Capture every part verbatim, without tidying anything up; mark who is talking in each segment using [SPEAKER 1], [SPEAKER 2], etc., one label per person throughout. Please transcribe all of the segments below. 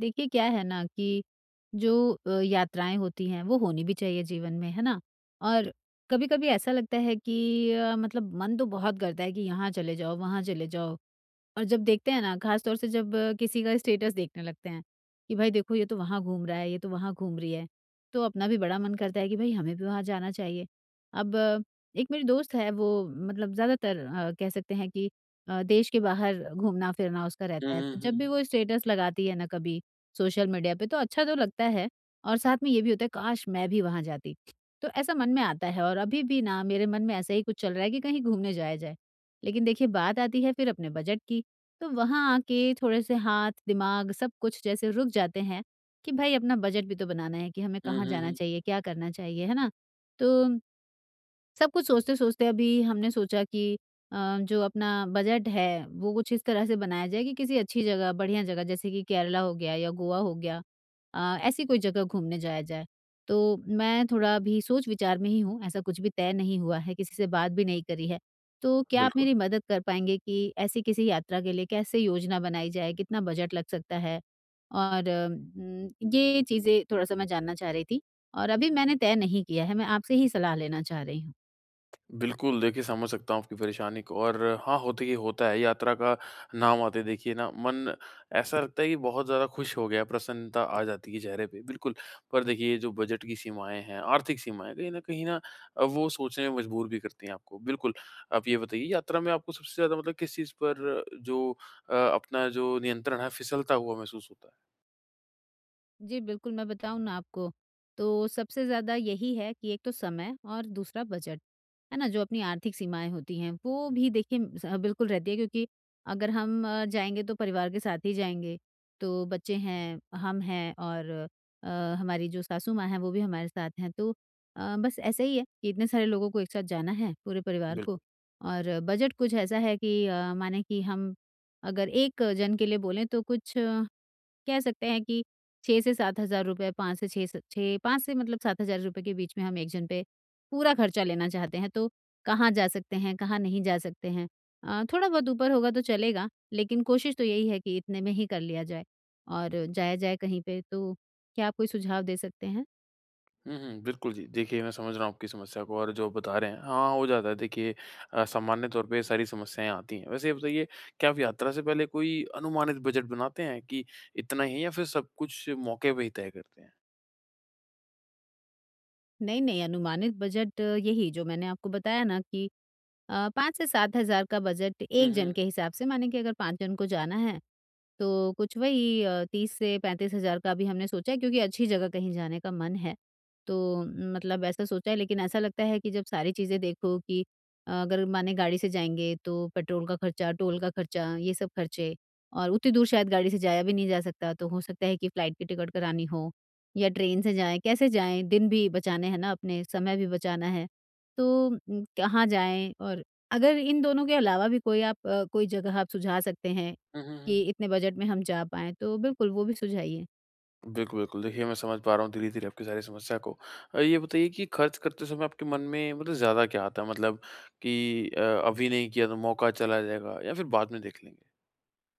[SPEAKER 1] देखिए, क्या है ना कि जो अ, यात्राएं होती हैं वो होनी भी चाहिए जीवन में, है ना। और कभी कभी ऐसा लगता है कि अ, मतलब मन तो बहुत करता है कि यहाँ चले जाओ, वहाँ चले जाओ। और जब देखते हैं ना, खास तौर से जब अ, किसी का स्टेटस देखने लगते हैं कि भाई देखो, ये तो वहाँ घूम रहा है, ये तो वहाँ घूम रही है, तो अपना भी बड़ा मन करता है कि भाई हमें भी वहाँ जाना चाहिए। अब अ, एक मेरी दोस्त है, वो मतलब ज़्यादातर अ, कह सकते हैं कि अ, देश के बाहर घूमना फिरना उसका
[SPEAKER 2] हुँ,
[SPEAKER 1] रहता है,
[SPEAKER 2] हुँ,
[SPEAKER 1] तो जब
[SPEAKER 2] हुँ,
[SPEAKER 1] भी
[SPEAKER 2] हुँ।
[SPEAKER 1] वो स्टेटस लगाती है ना कभी सोशल मीडिया पे, तो अच्छा तो लगता है और साथ में ये भी होता है काश मैं भी वहाँ जाती। तो ऐसा मन में आता है और अभी भी ना मेरे मन में ऐसा ही कुछ चल रहा है कि कहीं घूमने जाया जाए। लेकिन देखिए, बात आती है फिर अपने बजट की, तो वहाँ आके थोड़े से हाथ, दिमाग सब कुछ जैसे रुक जाते हैं कि भाई, अपना बजट भी तो बनाना है कि हमें
[SPEAKER 2] हुँ,
[SPEAKER 1] कहाँ
[SPEAKER 2] हुँ,
[SPEAKER 1] जाना
[SPEAKER 2] हुँ।
[SPEAKER 1] चाहिए, क्या करना चाहिए, है ना? तो सब कुछ सोचते-सोचते अभी हमने सोचा कि अ, जो अपना बजट है, वो कुछ इस तरह से बनाया जाए कि किसी अच्छी जगह, बढ़िया जगह, जैसे कि केरला हो गया या गोवा हो गया, अ, ऐसी कोई जगह घूमने जाया जाए। तो मैं थोड़ा अभी सोच-विचार में ही हूँ, ऐसा कुछ भी तय नहीं हुआ है, किसी से बात भी नहीं करी है। तो क्या आप
[SPEAKER 2] बिल्कुल,
[SPEAKER 1] मेरी मदद कर पाएँगे कि ऐसी किसी यात्रा के लिए कैसे योजना बनाई जाए, कितना बजट लग सकता है? और उम, ये चीज़ें थोड़ा-सा मैं जानना चाह रही थी, और अभी मैंने तय नहीं किया है, मैं आपसे ही सलाह लेना चाह रही हूँ।
[SPEAKER 2] बिल्कुल देखिए समझ सकता हूँ आपकी परेशानी को और हाँ, होते ये होता है यात्रा का नाम आते ही देखिए ना मन ऐसा लगता है कि बहुत ज़्यादा खुश हो गया है, प्रसन्नता आ जाती है चेहरे पे, बिल्कुल। पर देखिए ये जो बजट की सीमाएँ हैं, आर्थिक सीमाएँ कहीं न कहीं ना अ, वो सोचने में मजबूर भी करती हैं आपको। बिल्कुल, आप ये बताइए यात्रा में आपको सबसे ज़्यादा मतलब किस चीज़ पर जो अ, अपना जो नियंत्रण है फिसलता हुआ महसूस होता है?
[SPEAKER 1] जी, बिल्कुल, मैं बताऊँ ना आपको, तो सबसे ज़्यादा यही है कि एक तो समय और दूसरा बजट, है ना? जो अपनी आर्थिक सीमाएँ होती हैं, वो भी देखिए स हाँ, बिल्कुल रहती है, क्योंकि अगर हम अ, जाएँगे तो परिवार के साथ ही जाएँगे, तो बच्चे हैं, हम हैं और अ, हमारी जो सासू माँ हैं, वो भी हमारे साथ हैं। तो अ, बस ऐसा ही है कि इतने सारे लोगों को एक साथ जाना है, पूरे परिवार को।
[SPEAKER 2] बिल्कुल।
[SPEAKER 1] और बजट कुछ ऐसा है कि अ, माने कि हम अगर एक जन के लिए बोलें तो कुछ कह सकते हैं कि छह से सात हज़ार रुपए पांच से छह स छह पांच से मतलब सात हज़ार रुपए के बीच में हम एक जन पे पूरा खर्चा लेना चाहते हैं, तो कहाँ जा सकते हैं, कहाँ नहीं जा सकते हैं। अ, थोड़ा बहुत ऊपर होगा तो चलेगा, लेकिन कोशिश तो यही है कि इतने में ही कर लिया जाए और जाया जाए कहीं पे। तो क्या आप कोई सुझाव दे सकते हैं?
[SPEAKER 2] हुँ, हुँ। बिल्कुल जी। देखिए, मैं समझ रहा हूँ आपकी समस्या को और जो बता रहे हैं, हाँ, हो जाता है। देखिए अ, सामान्य तौर पे ये सारी समस्याएँ आती हैं। वैसे ये बताइए, क्या आप यात्रा से पहले कोई अनुमानित बजट बनाते हैं कि इतना ही या फिर सब कुछ मौके पे ही तय करते हैं?
[SPEAKER 1] नहीं, नहीं, अनुमानित बजट यही जो मैंने आपको बताया ना कि अ, पांच से सात हज़ार का बजट
[SPEAKER 2] हुँ,
[SPEAKER 1] एक जन
[SPEAKER 2] हुँ।
[SPEAKER 1] के हिसाब से, माने कि अगर पांच जन को जाना है, तो कुछ वही अ, तीस से पैंतीस हज़ार का भी हमने सोचा है, क्योंकि अच्छी जगह कहीं जाने का मन है। तो न, मतलब ऐसा सोचा है, लेकिन ऐसा लगता है कि जब सारी चीज़ें देखो कि अ, अगर माने गाड़ी से जाएँगे तो पेट्रोल का खर्चा, टोल का खर्चा, ये सब खर्चे, और उतनी दूर शायद गाड़ी से जाया भी नहीं जा सकता, तो हो सकता है कि फ्लाइट की टिकट करानी हो या ट्रेन से जाएँ, कैसे जाएँ? दिन भी बचाने हैं ना अपने, समय भी बचाना है। तो उम, कहाँ जाएँ? और अगर इन दोनों के अलावा भी कोई आप अ, कोई जगह आप सुझा सकते हैं
[SPEAKER 2] हुँ, हुँ,
[SPEAKER 1] कि
[SPEAKER 2] हुँ।
[SPEAKER 1] इतने बजट में हम जा पाएँ, तो बिल्कुल वो भी सुझाइए।
[SPEAKER 2] बिल्कुल, बिल्कुल। देखिए, मैं समझ पा रहा हूँ धीरे-धीरे आपकी सारी समस्या को। अ, ये बताइए कि खर्च करते समय आपके मन में मतलब ज़्यादा क्या आता है? मतलब कि अ, अभी नहीं किया तो मौका चला जाएगा या फिर बाद में देख लेंगे?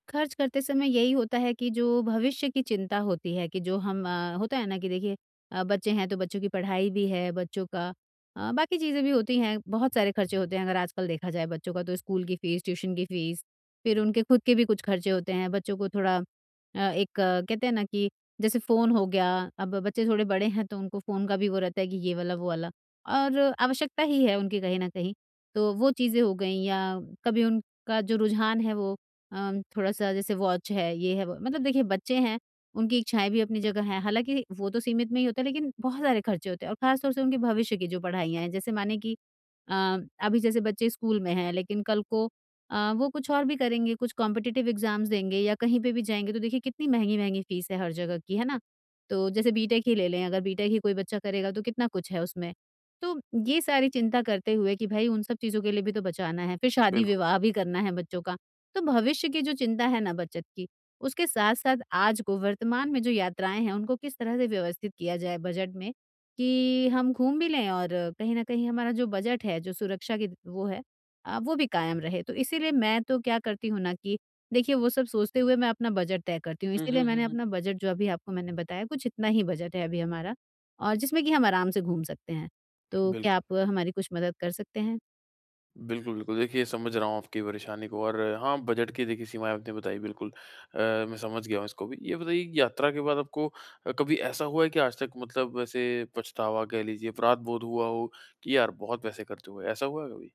[SPEAKER 1] खर्च करते समय यही होता है कि जो भविष्य की चिंता होती है कि जो हम अ, होता है ना कि देखिए, अ, बच्चे हैं तो बच्चों की पढ़ाई भी है, बच्चों का अ, बाकी चीज़ें भी होती हैं, बहुत सारे खर्चे होते हैं अगर आजकल देखा जाए बच्चों का तो स्कूल की फ़ीस, ट्यूशन की फ़ीस, फिर उनके खुद के भी कुछ खर्चे होते हैं, बच्चों को थोड़ा अ, एक अ, कहते हैं ना कि जैसे फ़ोन हो गया, अब बच्चे थोड़े बड़े हैं तो उनको फ़ोन का भी वो रहता है कि ये वाला, वो वाला, और आवश्यकता ही है उनकी कहीं न कहीं, तो वो चीज़ें हो गईं, या कभी उनका जो रुझान है वो अम, थोड़ा-सा, जैसे वॉच है, ये है, वो मतलब देखिए, बच्चे हैं, उनकी इच्छाएँ भी अपनी जगह हैं। हालाँकि वो तो सीमित में ही होता है, लेकिन बहुत सारे खर्चे होते हैं और ख़ास तौर से उनके भविष्य की जो पढ़ाइयाँ हैं। जैसे माने कि अ, अभी जैसे बच्चे स्कूल में हैं, लेकिन कल को अ, वो कुछ और भी करेंगे, कुछ कॉम्पिटिटिव एग्ज़ाम्स देंगे या कहीं पे भी जाएँगे, तो देखिए कितनी महँगी-महँगी फ़ीस है हर जगह की, है ना? तो जैसे बीटेक ही ले लें, अगर बीटेक ही कोई बच्चा करेगा तो कितना कुछ है उसमें। तो ये सारी चिंता करते हुए कि भई उन सब चीज़ों के लिए भी तो बचाना है, फिर
[SPEAKER 2] बिल्कुल।
[SPEAKER 1] शादी-विवाह भी करना है बच्चों का। तो भविष्य की जो चिंता है ना बचत की, उसके साथ-साथ आज को वर्तमान में जो यात्राएँ हैं, उनको किस तरह से व्यवस्थित किया जाए बजट में कि हम घूम भी लें और कहीं न कहीं हमारा जो बजट है, जो सुरक्षा की वो है, अ, वो भी कायम रहे। तो इसीलिए मैं तो क्या करती हूँ ना कि देखिए, वो सब सोचते हुए मैं अपना बजट तय करती हूँ।
[SPEAKER 2] हुँ,
[SPEAKER 1] इसीलिए
[SPEAKER 2] हुँ, हुँ,
[SPEAKER 1] मैंने
[SPEAKER 2] हुँ।
[SPEAKER 1] अपना बजट जो अभी आपको मैंने बताया, कुछ इतना ही बजट है अभी हमारा, और जिसमें कि हम आराम से घूम सकते हैं। तो क्या
[SPEAKER 2] बिल्कुल।
[SPEAKER 1] आप हमारी कुछ मदद कर सकते हैं?
[SPEAKER 2] बिल्कुल, बिल्कुल। देखिए, समझ रहा हूँ आपकी परेशानी को और हाँ, बजट की देखिए सीमाएँ आपने बताई बिल्कुल। अ, मैं समझ गया हूँ इसको भी। ये बताइए कि यात्रा के बाद आपको अ, कभी ऐसा हुआ है कि आज तक मतलब ऐसे पछतावा कह लीजिए, अपराध बोध हुआ हो कि यार बहुत पैसे खर्च हुए, ऐसा हुआ है कभी?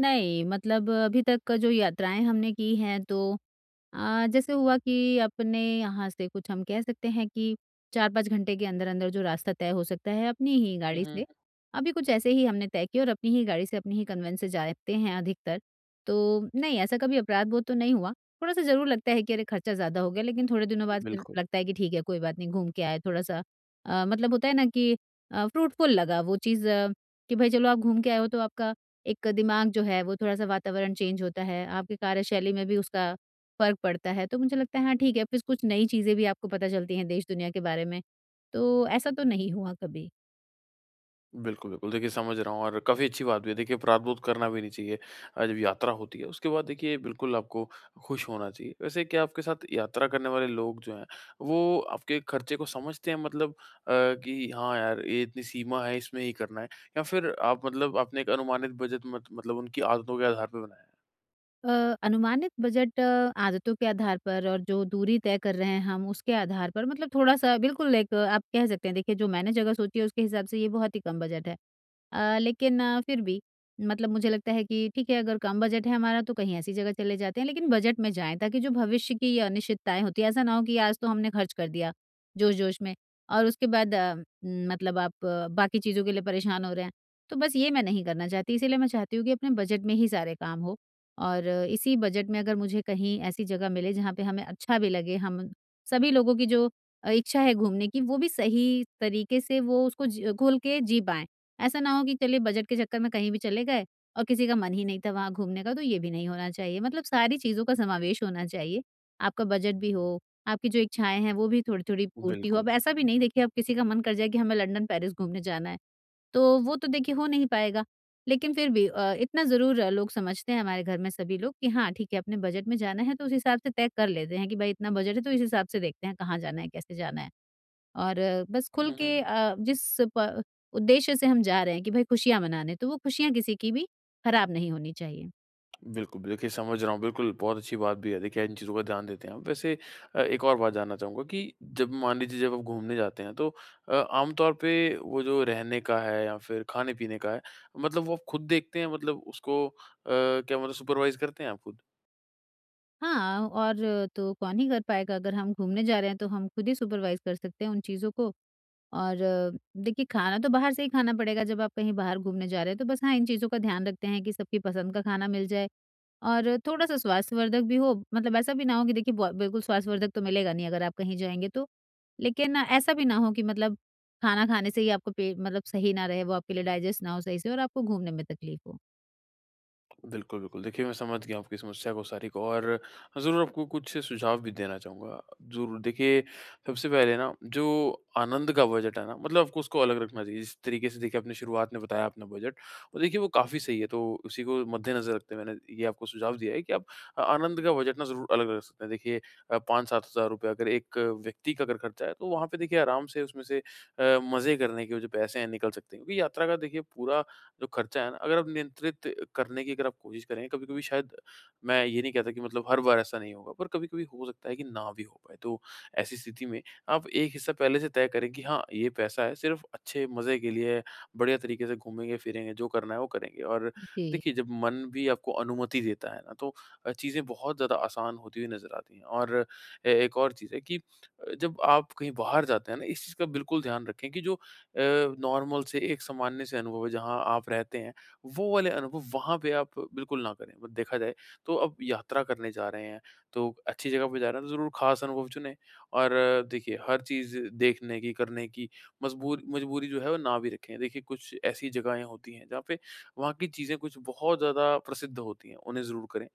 [SPEAKER 1] नहीं, मतलब अभी तक का जो यात्राएँ हमने की हैं तो अ, जैसे हुआ कि अपने यहाँ से कुछ हम कह सकते हैं कि चार पांच घंटे के अंदर-अंदर जो रास्ता तय हो सकता है अपनी ही
[SPEAKER 2] हुँ,
[SPEAKER 1] गाड़ी
[SPEAKER 2] हुँ।
[SPEAKER 1] से। अभी कुछ ऐसे ही हमने तय किए, और अपनी ही गाड़ी से, अपनी ही कन्वेंस से जाते हैं अधिकतर। तो नहीं, ऐसा कभी अपराध-बोध तो नहीं हुआ। थोड़ा-सा ज़रूर लगता है कि अरे, खर्चा ज़्यादा हो गया, लेकिन थोड़े दिनों बाद फिर
[SPEAKER 2] बिल्कुल।
[SPEAKER 1] लगता है कि ठीक है, कोई बात नहीं, घूम के आए थोड़ा-सा, अ, मतलब होता है ना कि अ, फ्रूटफुल लगा वो चीज़, आ, कि भाई चलो आप घूम के आए हो तो आपका एक दिमाग जो है वो थोड़ा-सा, वातावरण चेंज होता है, आपकी कार्यशैली में भी उसका फ़र्क पड़ता है, तो मुझे लगता है हाँ ठीक है, फिर कुछ नई चीज़ें भी आपको पता चलती हैं देश-दुनिया के बारे में, तो ऐसा तो नहीं हुआ कभी।
[SPEAKER 2] बिल्कुल, बिल्कुल। देखिए समझ रहा हूँ और काफ़ी अच्छी बात भी है। देखिए प्रायःद्वंद करना भी नहीं चाहिए। अ, जब यात्रा होती है उसके बाद देखिए बिल्कुल आपको खुश होना चाहिए। वैसे क्या आपके साथ यात्रा करने वाले लोग जो हैं वो आपके खर्चे को समझते हैं मतलब अ, कि हाँ यार ये इतनी सीमा है इसमें ही करना है या फिर आप मतलब आपने एक अनुमानित बजट मत मतलब उनकी आदतों के आधार पे बनाया है?
[SPEAKER 1] अ, अनुमानित बजट अ, आदतों के आधार पर, और जो दूरी तय कर रहे हैं हम उसके आधार पर, मतलब थोड़ा-सा, बिल्कुल, एक आप कह सकते हैं, देखिए जो मैंने जगह सोची है उसके हिसाब से ये बहुत ही कम बजट है। अ, लेकिन अ, फिर भी मतलब मुझे लगता है कि ठीक है, अगर कम बजट है हमारा तो कहीं ऐसी जगह चले जाते हैं, लेकिन बजट में जाएँ ताकि जो भविष्य की ये अनिश्चितताएँ होती हैं, ऐसा ना हो कि आज तो हमने खर्च कर दिया जोश-जोश में, और उसके बाद अ, न, मतलब आप अ, बाकी चीज़ों के लिए परेशान हो रहे हैं। तो बस ये मैं नहीं करना चाहती, इसीलिए मैं चाहती हूँ कि अपने बजट में ही सारे काम हो। और इसी बजट में अगर मुझे कहीं ऐसी जगह मिले जहाँ पे हमें अच्छा भी लगे, हम सभी लोगों की जो अ, इच्छा है घूमने की, वो भी सही तरीके से वो उसको जी खोल के जी पाएँ। ऐसा ना हो कि चलिए बजट के चक्कर में कहीं भी चले गए, और किसी का मन ही नहीं था वहाँ घूमने का, तो ये भी नहीं होना चाहिए। मतलब सारी चीज़ों का समावेश होना चाहिए। आपका बजट भी हो, आपकी जो इच्छाएँ हैं वो भी थोड़ी-थोड़ी पूर्ति हो।
[SPEAKER 2] बिल्कुल।
[SPEAKER 1] अब ऐसा भी नहीं, देखिए, अब किसी का मन कर जाए कि हमें लंदन, पेरिस घूमने जाना है, तो वो तो देखिए हो नहीं पाएगा। लेकिन फिर भी अ, इतना ज़रूर लोग समझते हैं, हमारे घर में सभी लोग, कि हाँ, ठीक है, अपने बजट में जाना है, तो उस हिसाब से तय कर लेते हैं कि भाई इतना बजट है तो इस हिसाब से देखते हैं कहाँ जाना है, कैसे जाना है। और अ, बस खुल
[SPEAKER 2] हुँ, हुँ,
[SPEAKER 1] के,
[SPEAKER 2] हुँ।
[SPEAKER 1] अ, जिस प उद्देश्य से हम जा रहे हैं कि भाई खुशियाँ मनाने, तो वो खुशियाँ किसी की भी खराब नहीं होनी चाहिए।
[SPEAKER 2] बिल्कुल, देखिए समझ रहा हूँ, बिल्कुल बहुत अच्छी बात भी है, देखिए इन चीज़ों का ध्यान देते हैं आप। वैसे अ, एक और बात जानना चाहूँगा कि जब मान लीजिए जब आप घूमने जाते हैं तो अ, आम तौर पे वो जो रहने का है या फिर खाने-पीने का है, मतलब वो आप खुद देखते हैं मतलब उसको अ, क्या मतलब सुपरवाइज़ करते हैं आप खुद?
[SPEAKER 1] हाँ, और तो कौन ही कर पाएगा, अगर हम घूमने जा रहे हैं तो हम खुद ही सुपरवाइज़ कर सकते हैं उन चीज़ों को। और अ, देखिए, खाना तो बाहर से ही खाना पड़ेगा जब आप कहीं बाहर घूमने जा रहे हैं, तो बस हाँ, इन चीज़ों का ध्यान रखते हैं कि सबकी पसंद का खाना मिल जाए, और थोड़ा-सा स्वास्थ्यवर्धक भी हो। मतलब ऐसा भी ना हो कि देखिए, ब बिल्कुल स्वास्थ्यवर्धक तो मिलेगा नहीं अगर आप कहीं जाएँगे तो। लेकिन ऐसा भी ना हो कि मतलब खाना खाने से ही आपको पेट, मतलब सही ना रहे, वो आपके लिए डाइजेस्ट ना हो सही से, और आपको घूमने में तकलीफ़ हो।
[SPEAKER 2] बिल्कुल, बिल्कुल। देखिए, मैं समझ गया आपकी समस्या को सारी को और ज़रूर आपको कुछ सुझाव भी देना चाहूँगा। ज़रूर देखिए, सबसे पहले ना जो आनंद का बजट है ना मतलब आपको उसको अलग रखना चाहिए। जिस तरीके से देखिए आपने शुरुआत में बताया अपना बजट और देखिए वो काफ़ी सही है। तो उसी को मद्देनज़र रखते हुए मैंने ये आपको सुझाव दिया है कि आप अ, आनंद का बजट ना ज़रूर अलग रख सकते हैं। देखिए अ, पाँच से सात हज़ार रुपए अगर एक व्यक्ति का अगर खर्चा है तो वहाँ पे देखिए आराम से उसमें से अ, मज़े करने के जो पैसे हैं निकल सकते हैं। क्योंकि यात्रा का देखिए पूरा जो खर्चा है ना, अगर आप नियंत्रित करने की अगर आप कोशिश करें, कभी-कभी शायद मैं ये नहीं कहता कि मतलब हर बार ऐसा नहीं होगा, पर कभी-कभी हो सकता है कि ना भी हो पाए। तो ऐसी स्थिति में आप एक हिस्सा पहले से तय करें कि हाँ, ये पैसा है सिर्फ़ अच्छे मज़े के लिए है, बढ़िया तरीके से घूमेंगे-फिरेंगे, जो करना है वो करेंगे। और
[SPEAKER 1] जी।
[SPEAKER 2] देखिए, जब मन भी आपको अनुमति देता है ना, तो अ, चीज़ें बहुत ज़्यादा आसान होती हुई नज़र आती हैं। और ए एक और चीज़ है कि अ, जब आप कहीं बाहर जाते हैं ना, इस चीज़ का बिल्कुल ध्यान रखें कि जो नॉर्मल से एक सामान्य से अनुभव है जहाँ आप रहते हैं, वो वाले अनुभव वहाँ पे आप बिल्कुल ना करें। बट देखा जाए तो अब यात्रा करने जा रहे हैं, तो अच्छी जगह पे जा रहे हैं तो ज़रूर खास अनुभव चुनें और अ, देखिए हर चीज़ देखने की, करने की मजबूर मजबूरी जो है वो ना भी रखें। देखिए कुछ ऐसी जगहें होती हैं जहाँ पे वहाँ की चीज़ें कुछ बहुत ज़्यादा प्रसिद्ध होती हैं, उन्हें ज़रूर करें।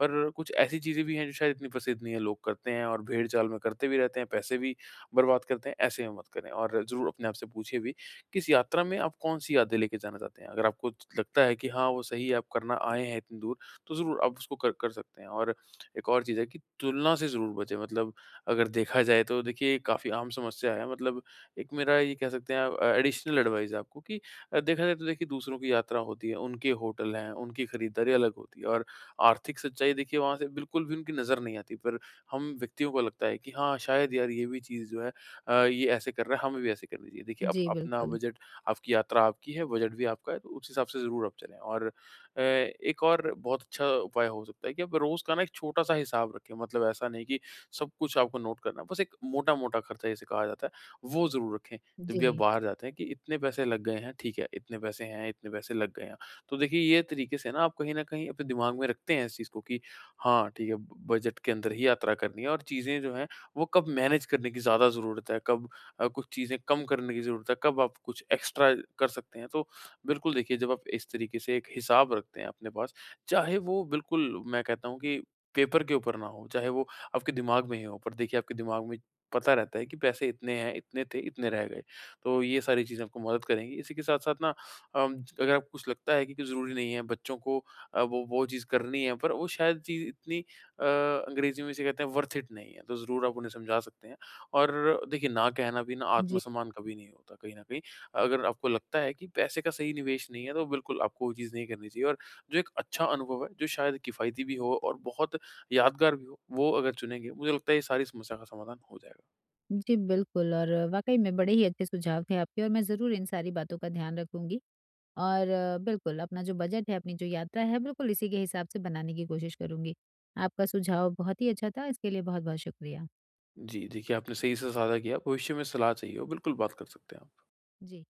[SPEAKER 2] पर कुछ ऐसी चीज़ें भी हैं जो शायद इतनी प्रसिद्ध नहीं है, लोग करते हैं और भेड़-चाल में करते भी रहते हैं, पैसे भी बर्बाद करते हैं, ऐसे में मत करें। और ज़रूर अपने आप से पूछिए भी कि इस यात्रा में आप कौन-सी यादें लेके जाना चाहते हैं? अगर आपको लगता है कि हाँ, वो सही है, आप करना आए हैं इतनी दूर, तो ज़रूर आप उसको कर कर सकते हैं। और एक और चीज़ है कि तुलना से ज़रूर बचें। मतलब अगर देखा जाए तो देखिए काफ़ी आम समस्या है। मतलब एक मेरा ये कह सकते हैं अ, एडिशनल एडवाइस है आपको कि अ, देखा जाए तो देखिए दूसरों की यात्रा होती है, उनके होटल हैं, उनकी खरीदारी अलग होती है और आर्थिक सच्चाई देखिए वहाँ से बिल्कुल भी उनकी नज़र नहीं आती। पर हम व्यक्तियों को लगता है कि हाँ, शायद यार ये भी चीज़ जो है अ, ये ऐसे कर रहा है, हमें भी ऐसे करनी चाहिए। देखिए, अप
[SPEAKER 1] जी,
[SPEAKER 2] अपना
[SPEAKER 1] बिल्कुल।
[SPEAKER 2] बजट आपकी यात्रा आपकी है, बजट भी आपका है, तो उस हिसाब से ज़रूर आप चलें। और अ, एक और बहुत अच्छा उपाय हो सकता है कि आप रोज़ का ना एक छोटा-सा हिसाब रखें। मतलब ऐसा नहीं कि सब कुछ आपको नोट करना है, बस एक मोटा-मोटा खर्चा जिसे कहा जाता है, वो ज़रूर रखें। जब भी आप
[SPEAKER 1] जी।
[SPEAKER 2] बाहर जाते हैं कि इतने पैसे लग गए हैं, ठीक है, इतने पैसे हैं, इतने पैसे लग गए हैं। तो देखिए, ये तरीके से ना आप कहीं न कहीं अपने दिमाग में रखते हैं इस चीज़ को कि हाँ, ठीक है, ब बजट के अंदर ही यात्रा करनी है और चीज़ें जो हैं, वो कब मैनेज करने की ज़्यादा ज़रूरत है, कब अ, कुछ चीज़ें कम करने की ज़रूरत है, कब आप कुछ एक्स्ट्रा कर सकते हैं। तो बिल्कुल देखिए, जब आप इस तरीके से एक हिसाब रखते हैं अपने पास, चाहे वो बिल्कुल मैं कहता हूँ कि पेपर के ऊपर ना हो, चाहे वो आपके दिमाग में ही हो, पर देखिए आपके दिमाग में पता रहता है कि पैसे इतने हैं, इतने थे, इतने रह गए। तो ये सारी चीज़ें आपको मदद करेंगी। इसी के साथ-साथ ना अम, अगर आपको कुछ लगता है कि कि ज़रूरी नहीं है, बच्चों को अ, वो वो चीज़ करनी है, पर वो शायद चीज़ इतनी अ, अंग्रेज़ी में इसे कहते हैं वर्थ इट नहीं है, तो ज़रूर आप उन्हें समझा सकते हैं। और देखिए ना कहना भी ना
[SPEAKER 1] जी।
[SPEAKER 2] आत्मसम्मान कभी नहीं होता कहीं न कहीं। अगर आपको लगता है कि पैसे का सही निवेश नहीं है, तो बिल्कुल आपको वो चीज़ नहीं करनी चाहिए और जो एक अच्छा अनुभव है, जो शायद किफ़ायती भी हो और बहुत यादगार भी हो, वो अगर चुनेंगे, मुझे लगता है ये सारी समस्या का समाधान हो जाएगा।
[SPEAKER 1] जी, बिल्कुल, और वाक़ई में बड़े ही अच्छे सुझाव थे आपके, और मैं ज़रूर इन सारी बातों का ध्यान रखूँगी, और अ, बिल्कुल अपना जो बजट है, अपनी जो यात्रा है, बिल्कुल इसी के हिसाब से बनाने की कोशिश करूँगी। आपका सुझाव बहुत ही अच्छा था, इसके लिए बहुत-बहुत शुक्रिया।
[SPEAKER 2] जी, देखिए आपने सही से साझा किया, भविष्य में सलाह चाहिए हो, बिल्कुल बात कर सकते हैं आप।
[SPEAKER 1] जी।